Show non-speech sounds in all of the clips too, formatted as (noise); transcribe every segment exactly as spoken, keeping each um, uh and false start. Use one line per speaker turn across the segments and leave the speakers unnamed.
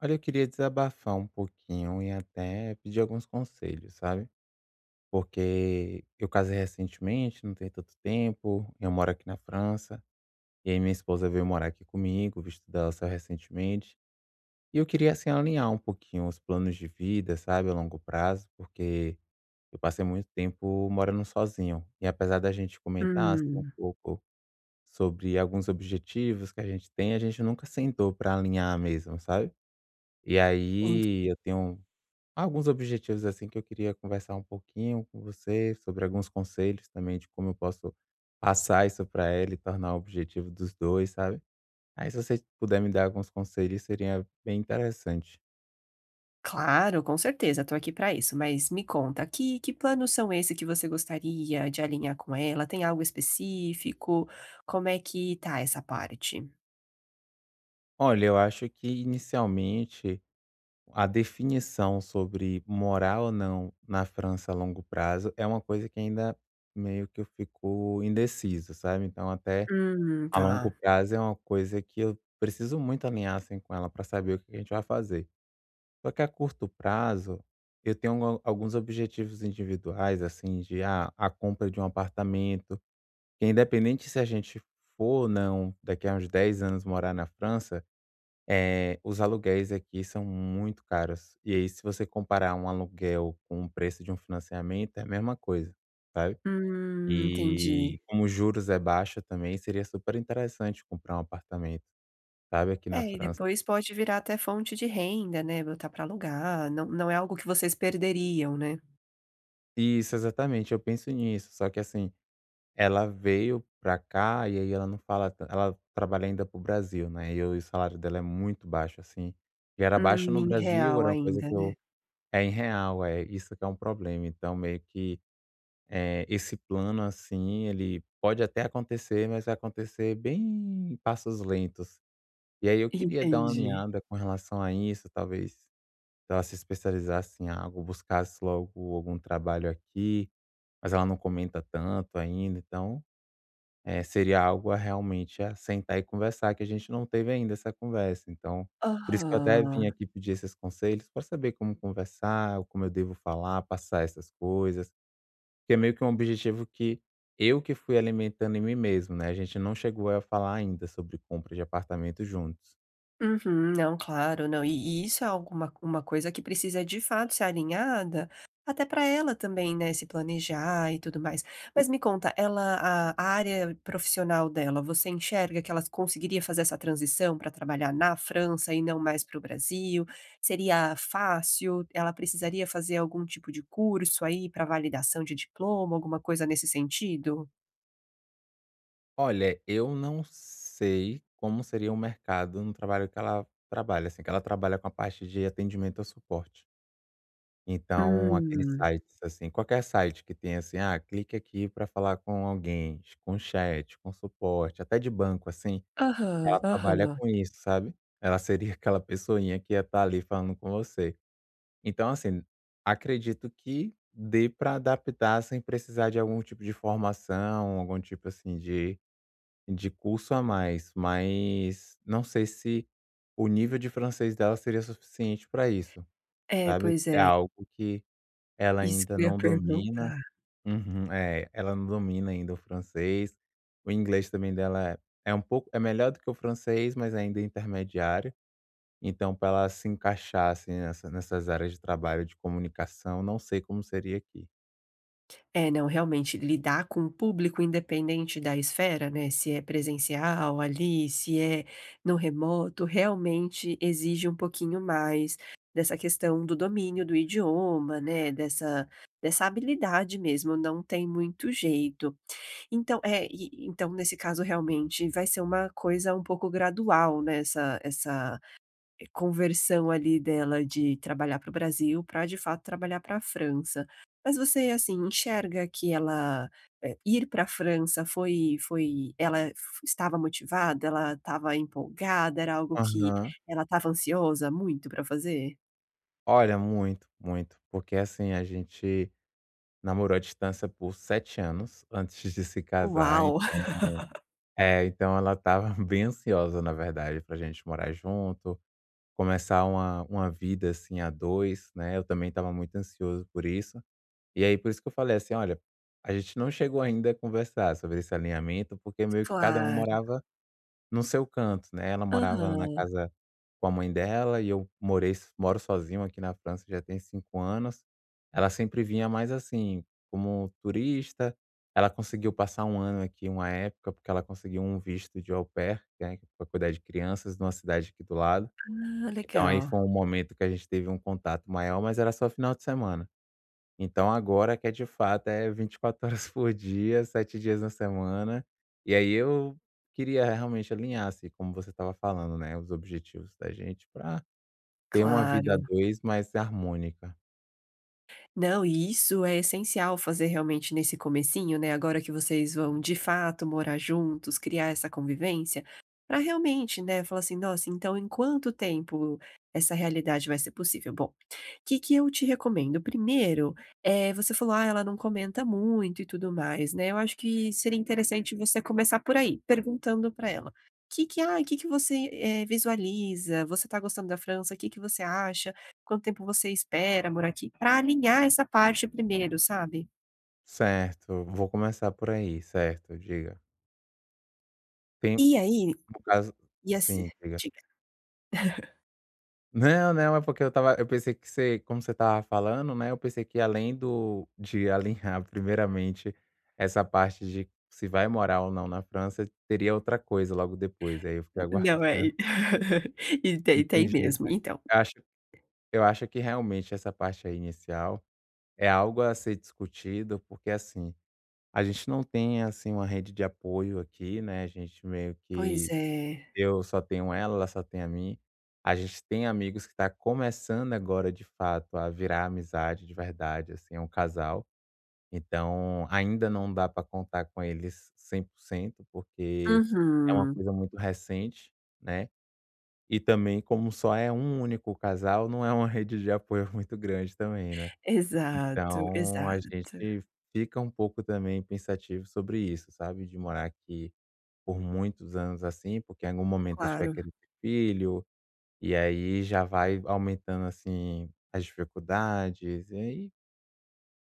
Olha, eu queria desabafar um pouquinho e até pedir alguns conselhos, sabe? Porque eu casei recentemente, não tem tanto tempo, eu moro aqui na França, e aí minha esposa veio morar aqui comigo, o visto dela saiu recentemente. E eu queria, assim, alinhar um pouquinho os planos de vida, sabe, a longo prazo, porque eu passei muito tempo morando sozinho. E apesar da gente comentar assim, um
Hum,
pouco sobre alguns objetivos que a gente tem, a gente nunca sentou para alinhar mesmo, sabe? E
ent
aí eu tenho Alguns objetivos, assim, que eu queria conversar um pouquinho com você, sobre alguns conselhos também de como eu posso passar isso para ela e tornar o objetivo dos dois, sabe. Aí se você puder me dar alguns conselhos, seria bem interessante.
Claro, com certeza, estou aqui para isso. Mas me conta, que que planos são esses que você gostaria de alinhar com ela? Tem algo específico? Como é que tá essa parte?
Olha, eu acho que inicialmente a definição sobre morar ou não na França a longo prazo é uma coisa que ainda meio que eu fico indeciso, sabe. Então até
Hum,
a
tá.
longo prazo é uma coisa que eu preciso muito alinhar, assim, com ela para saber o que a gente vai fazer. Só que a curto prazo, eu tenho algu alguns objetivos individuais, assim, de, ah, a compra de um apartamento, que independente se a gente for ou não, daqui a uns dez anos morar na França, é os aluguéis aqui são muito caros. E aí, se você comparar um aluguel com o preço de um financiamento, é a mesma coisa, sabe.
Hum,
E
entendi.
como os juros é baixo também, seria super interessante comprar um apartamento, sabe, aqui
É,
na
e
França.
depois pode virar até fonte de renda, né, botar para alugar, não não é algo que vocês perderiam, né.
Isso, exatamente, eu penso nisso, só que assim, ela veio pra cá e aí ela não fala tan ela trabalha ainda pro Brasil, né, e o salário dela é muito baixo, assim, e era baixo
Hum,
no
em
Brasil,
real
era uma coisa
ainda,
que
né.
eu. É em real, é, isso que é um problema, então meio que, eh, esse plano, assim, ele pode até acontecer, mas vai acontecer bem em passos lentos. E aí eu queria dar uma
Entendi.
alinhada com relação a isso, talvez ela se especializasse em algo, buscasse logo algum trabalho aqui, mas ela não comenta tanto ainda, então eh, seria algo a realmente a sentar e conversar, que a gente não teve ainda essa conversa. Então, por isso que eu até
Aham.
vim aqui pedir esses conselhos para saber como conversar, como eu devo falar, passar essas coisas, que é meio que um objetivo que eu que fui alimentando em mim mesmo, né, a gente não chegou a falar ainda sobre compra de apartamento juntos.
Uhum. Não, claro, não. E e isso é alguma uma coisa que precisa de fato ser alinhada, até para ela também, né, se planejar e tudo mais. Mas me conta, ela, a a área profissional dela, você enxerga que ela conseguiria fazer essa transição para trabalhar na França e não mais para o Brasil? Seria fácil? Ela precisaria fazer algum tipo de curso aí para validação de diploma, alguma coisa nesse sentido?
Olha, eu não sei como seria o mercado no trabalho que ela trabalha, assim, que ela trabalha com a parte de atendimento ao suporte. Então, aqueles
Hum.
sites, assim, qualquer site que tenha assim: "Ah, clique aqui para falar com alguém", com chat, com suporte, até de banco, assim,
Aham,
ela trabalha
aham.
com isso, sabe. Ela seria (laughs) aquela pessoinha que ia estar ali falando com você. Então, assim, acredito que dê para adaptar sem precisar de algum tipo de formação, algum tipo, assim, de de curso a mais, mas não sei se o nível de francês dela seria suficiente para isso,
É,
sabe.
pois
É
é.
algo que ela
Isso
ainda
que eu ia
não domina.
perguntar.
Uhum, é, ela não domina ainda o francês. O inglês também dela é é um pouco é melhor do que o francês, mas ainda é intermediário. Então, para ela se encaixar, assim, nessa nessas áreas de trabalho de comunicação, não sei como seria aqui.
É, não, realmente, lidar com o público independente da esfera, né, se é presencial ali, se é no remoto, realmente exige um pouquinho mais dessa questão do domínio do idioma, né, dessa, dessa habilidade mesmo, não tem muito jeito. Então, é, e- então, nesse caso, realmente, vai ser uma coisa um pouco gradual, né, essa, essa eh, conversão ali dela de trabalhar para o Brasil para de fato trabalhar para a França. Mas você, assim, enxerga que ela, eh, ir para a França foi foi ela f- estava motivada, ela estava empolgada, era algo que
Aham.
ela estava ansiosa muito para fazer?
Olha, muito, muito. Porque, assim, a gente namorou à distância por sete anos antes de se casar,
Uau! (laughs)
então é, então ela estava (laughs) bem ansiosa, na verdade, pra gente morar junto. Começar uma uma vida, assim, a dois, né, eu também estava muito ansioso por isso. E aí, por isso que eu falei assim: "Olha, a gente não chegou ainda a conversar sobre esse alinhamento", porque meio que cada um
Claro.
morava no seu canto, né. Ela morava na
Aham.
casa com a mãe dela e eu morei moro sozinho aqui na França já tem cinco anos. Ela sempre vinha mais, assim, como turista. Ela conseguiu passar um ano aqui, uma época, porque ela conseguiu um visto de au pair, né, para cuidar de crianças numa cidade aqui do lado.
Ah,
Então aí
legal.
foi um momento que a gente teve um contato maior, mas era só final de semana. Então agora que é de fato é vinte e quatro (laughs) horas por dia, sete dias na semana. E aí eu queria realmente alinhar, assim, como você estava falando, né, os objetivos da gente para ter uma vida a
Claro.
dois mais harmônica.
Não, e isso é essencial fazer realmente nesse comecinho, né, agora que vocês vão de fato morar juntos, criar essa convivência, para realmente, né, falar assim: "Nossa, então em quanto tempo essa realidade vai ser possível?". Bom, o que que eu te recomendo? Primeiro, eh, você falou: "Ah, ela não comenta muito e tudo mais", né, eu acho que seria interessante você começar por aí, perguntando para ela: O "Que que, ah, que que você, eh, visualiza? Você está gostando da França? O Que que você acha? Quanto tempo você espera morar aqui?", para alinhar essa parte primeiro, sabe.
Certo, vou começar por aí, certo, diga. Tem
E aí,
no caso
e assim,
sim, diga.
diga.
Não, não, é porque eu tava, eu pensei que você, como você tava falando, né, eu pensei que além do de alinhar (laughs) primeiramente essa parte de se vai morar ou não na França, teria outra coisa logo depois, aí eu fiquei
Não,
aguardando.
é
(laughs)
(laughs) e tem tem
Entendi,
mesmo,
mas
então.
eu acho eu acho que realmente essa parte aí inicial é algo a ser discutido, porque, assim, a gente não tem, assim, uma rede de apoio aqui, né, a gente meio
Pois
que
é.
eu só tenho ela, ela só tem a mim. A gente tem amigos que tá começando agora, de fato, a virar amizade de verdade, assim, é um casal. Então, ainda não dá pra contar com eles cem por cento, porque é uma
Uhum.
coisa muito recente, né, e também como só é um único casal, não é uma rede de apoio (laughs) muito grande também, né.
Exato,
Então a
exato.
gente fica um pouco também pensativo sobre isso, sabe, de morar aqui por muitos anos, assim, porque em algum momento a gente vai
Claro.
querer ter filho, e aí já vai aumentando, assim, as dificuldades, e aí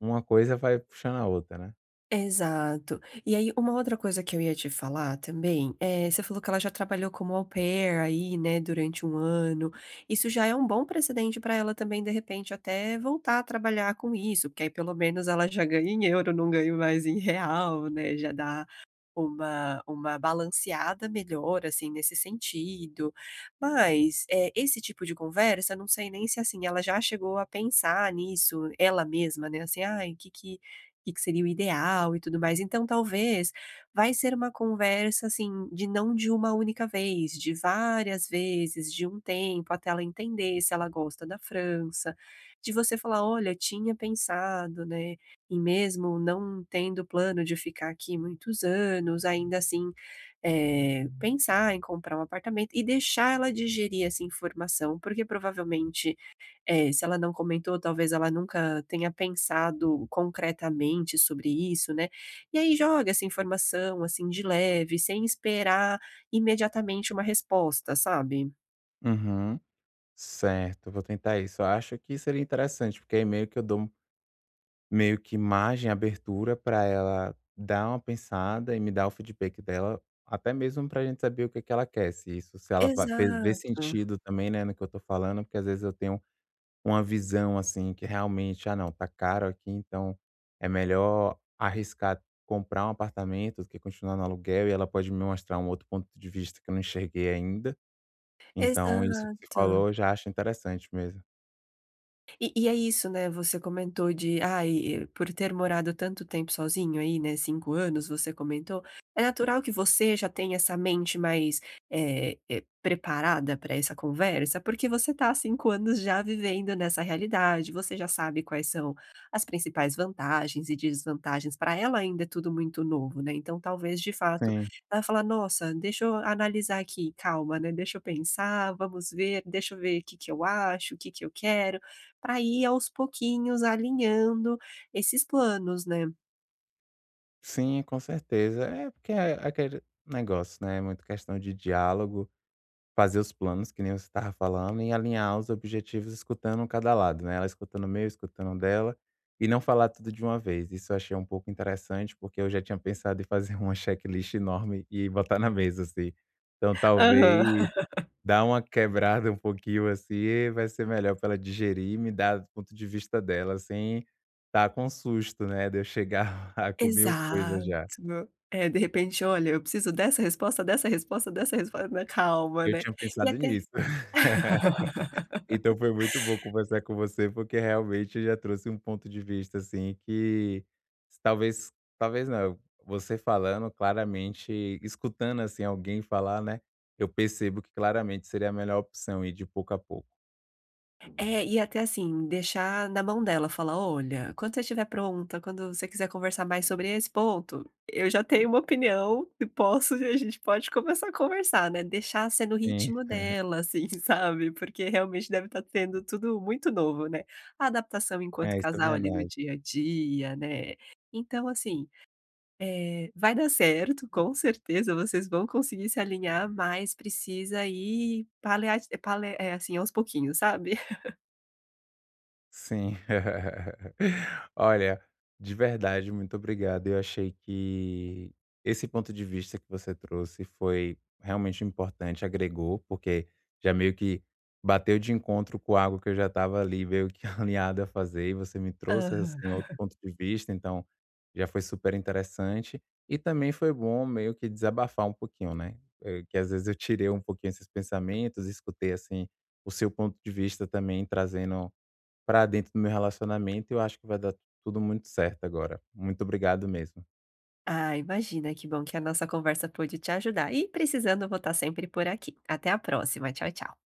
uma coisa vai puxando a outra, né.
Exato. E aí, uma outra coisa que eu ia te falar também, eh, você falou que ela já trabalhou como au pair aí, né, durante um ano. Isso já é um bom precedente para ela também, de repente, até voltar a trabalhar com isso, porque aí pelo menos ela já ganha em euro, não ganha mais em real, né, já dá uma uma balanceada melhor, assim, nesse sentido. Mas, eh, esse tipo de conversa, não sei nem se, assim, ela já chegou a pensar nisso, ela mesma, né, assim: "Ai, o que que que que seria o ideal e tudo mais". Então talvez vai ser uma conversa, assim, de não de uma única vez, de várias vezes, de um tempo, até ela entender se ela gosta da França, de você falar: "Olha, tinha pensado, né, e mesmo não tendo plano de ficar aqui muitos anos, ainda assim, eh, pensar em comprar um apartamento", e deixar ela digerir essa informação, porque provavelmente é, se ela não comentou, talvez ela nunca tenha pensado concretamente sobre isso, né. E aí joga essa informação, assim, de leve, sem esperar imediatamente uma resposta, sabe?
Uhum. Certo, vou tentar isso. Eu acho que seria interessante, porque aí meio que eu dou meio que margem, abertura para ela dar uma pensada e me dar o feedback dela, até mesmo para a gente saber o que que ela quer, se isso se ela va fez vê
Exato,
sentido também, né, no que eu tô falando, porque às vezes eu tenho Uma visão, assim, que realmente: "Ah não, tá caro aqui, então é melhor arriscar comprar um apartamento do que continuar no aluguel", e ela pode me mostrar um outro ponto de vista que eu não enxerguei ainda. Então isso que você
exato.
falou, eu já acho interessante mesmo.
E e é isso, né, você comentou de, ai, por ter morado tanto tempo sozinho aí, né, cinco anos, você comentou, é natural que você já tenha essa mente mais, eh eh, preparada para essa conversa, porque você está há cinco anos já vivendo nessa realidade, você já sabe quais são as principais vantagens e desvantagens. Para ela ainda é tudo muito novo, né, então talvez, de fato,
Sim,
ela fala: "Nossa, deixa eu analisar aqui, calma, né, deixa eu pensar, vamos ver, deixa eu ver o que que eu acho, o que que eu quero", para ir aos pouquinhos alinhando esses planos, né.
sim, com certeza. É porque é aquele negócio, né, é muito questão de diálogo. Fazer os planos, que nem você estava falando, e alinhar os objetivos escutando um cada lado, né, ela escutando o meu, escutando o dela, e não falar tudo de uma vez. Isso eu achei um pouco interessante, porque eu já tinha pensado em fazer (laughs) uma checklist enorme e botar na mesa, assim. Então
Aham.
talvez dar uma quebrada um pouquinho, assim, vai ser melhor para ela digerir e me dar do ponto de vista dela, sem tá com susto, né, de eu chegar (laughs) lá com mil coisas
Exato.
já.
É, de repente: "Olha, eu preciso dessa resposta, dessa resposta, dessa resposta", calma,
Eu
né.
tinha
E
pensado
até
nisso. (laughs) Então foi muito bom conversar com você, porque realmente já trouxe um ponto de vista, assim, que talvez, talvez não, você falando claramente, escutando, assim, alguém falar, né, eu percebo que claramente seria a melhor opção ir de pouco a pouco.
É, e até assim, deixar na mão dela, falar: "Olha, quando você estiver pronta, quando você quiser conversar mais sobre esse ponto, eu já tenho uma opinião e posso e a gente pode começar a conversar", né, deixar ser no
Sim,
ritmo dela, assim, (laughs) sabe, porque realmente deve estar tendo tudo muito novo, né, a adaptação enquanto
é, isso é
casal ali no
verdade.
dia a dia, né. Então assim, eh, vai dar certo, com certeza vocês vão conseguir se alinhar, mas precisa ir paleat pale eh, assim, aos pouquinhos, sabe.
Sim. (laughs) Olha, de verdade, muito obrigado. Eu achei que esse ponto de vista que você trouxe foi realmente importante, agregou, porque já meio que bateu de encontro com algo que eu já estava ali meio que (laughs) alinhado a fazer, e você me trouxe,
(laughs)
assim, outro ponto de vista, então já foi super interessante. E também foi bom meio que desabafar um pouquinho, né? Eh, Que às vezes eu tirei um pouquinho esses pensamentos, escutei, assim, o seu ponto de vista também trazendo Pra dentro do meu relacionamento, e eu acho que vai dar tudo muito certo agora. Muito obrigado mesmo.
Ah, imagina, que bom que a nossa conversa pôde te ajudar. E precisando, eu vou estar sempre por aqui. Até a próxima. Tchau, tchau.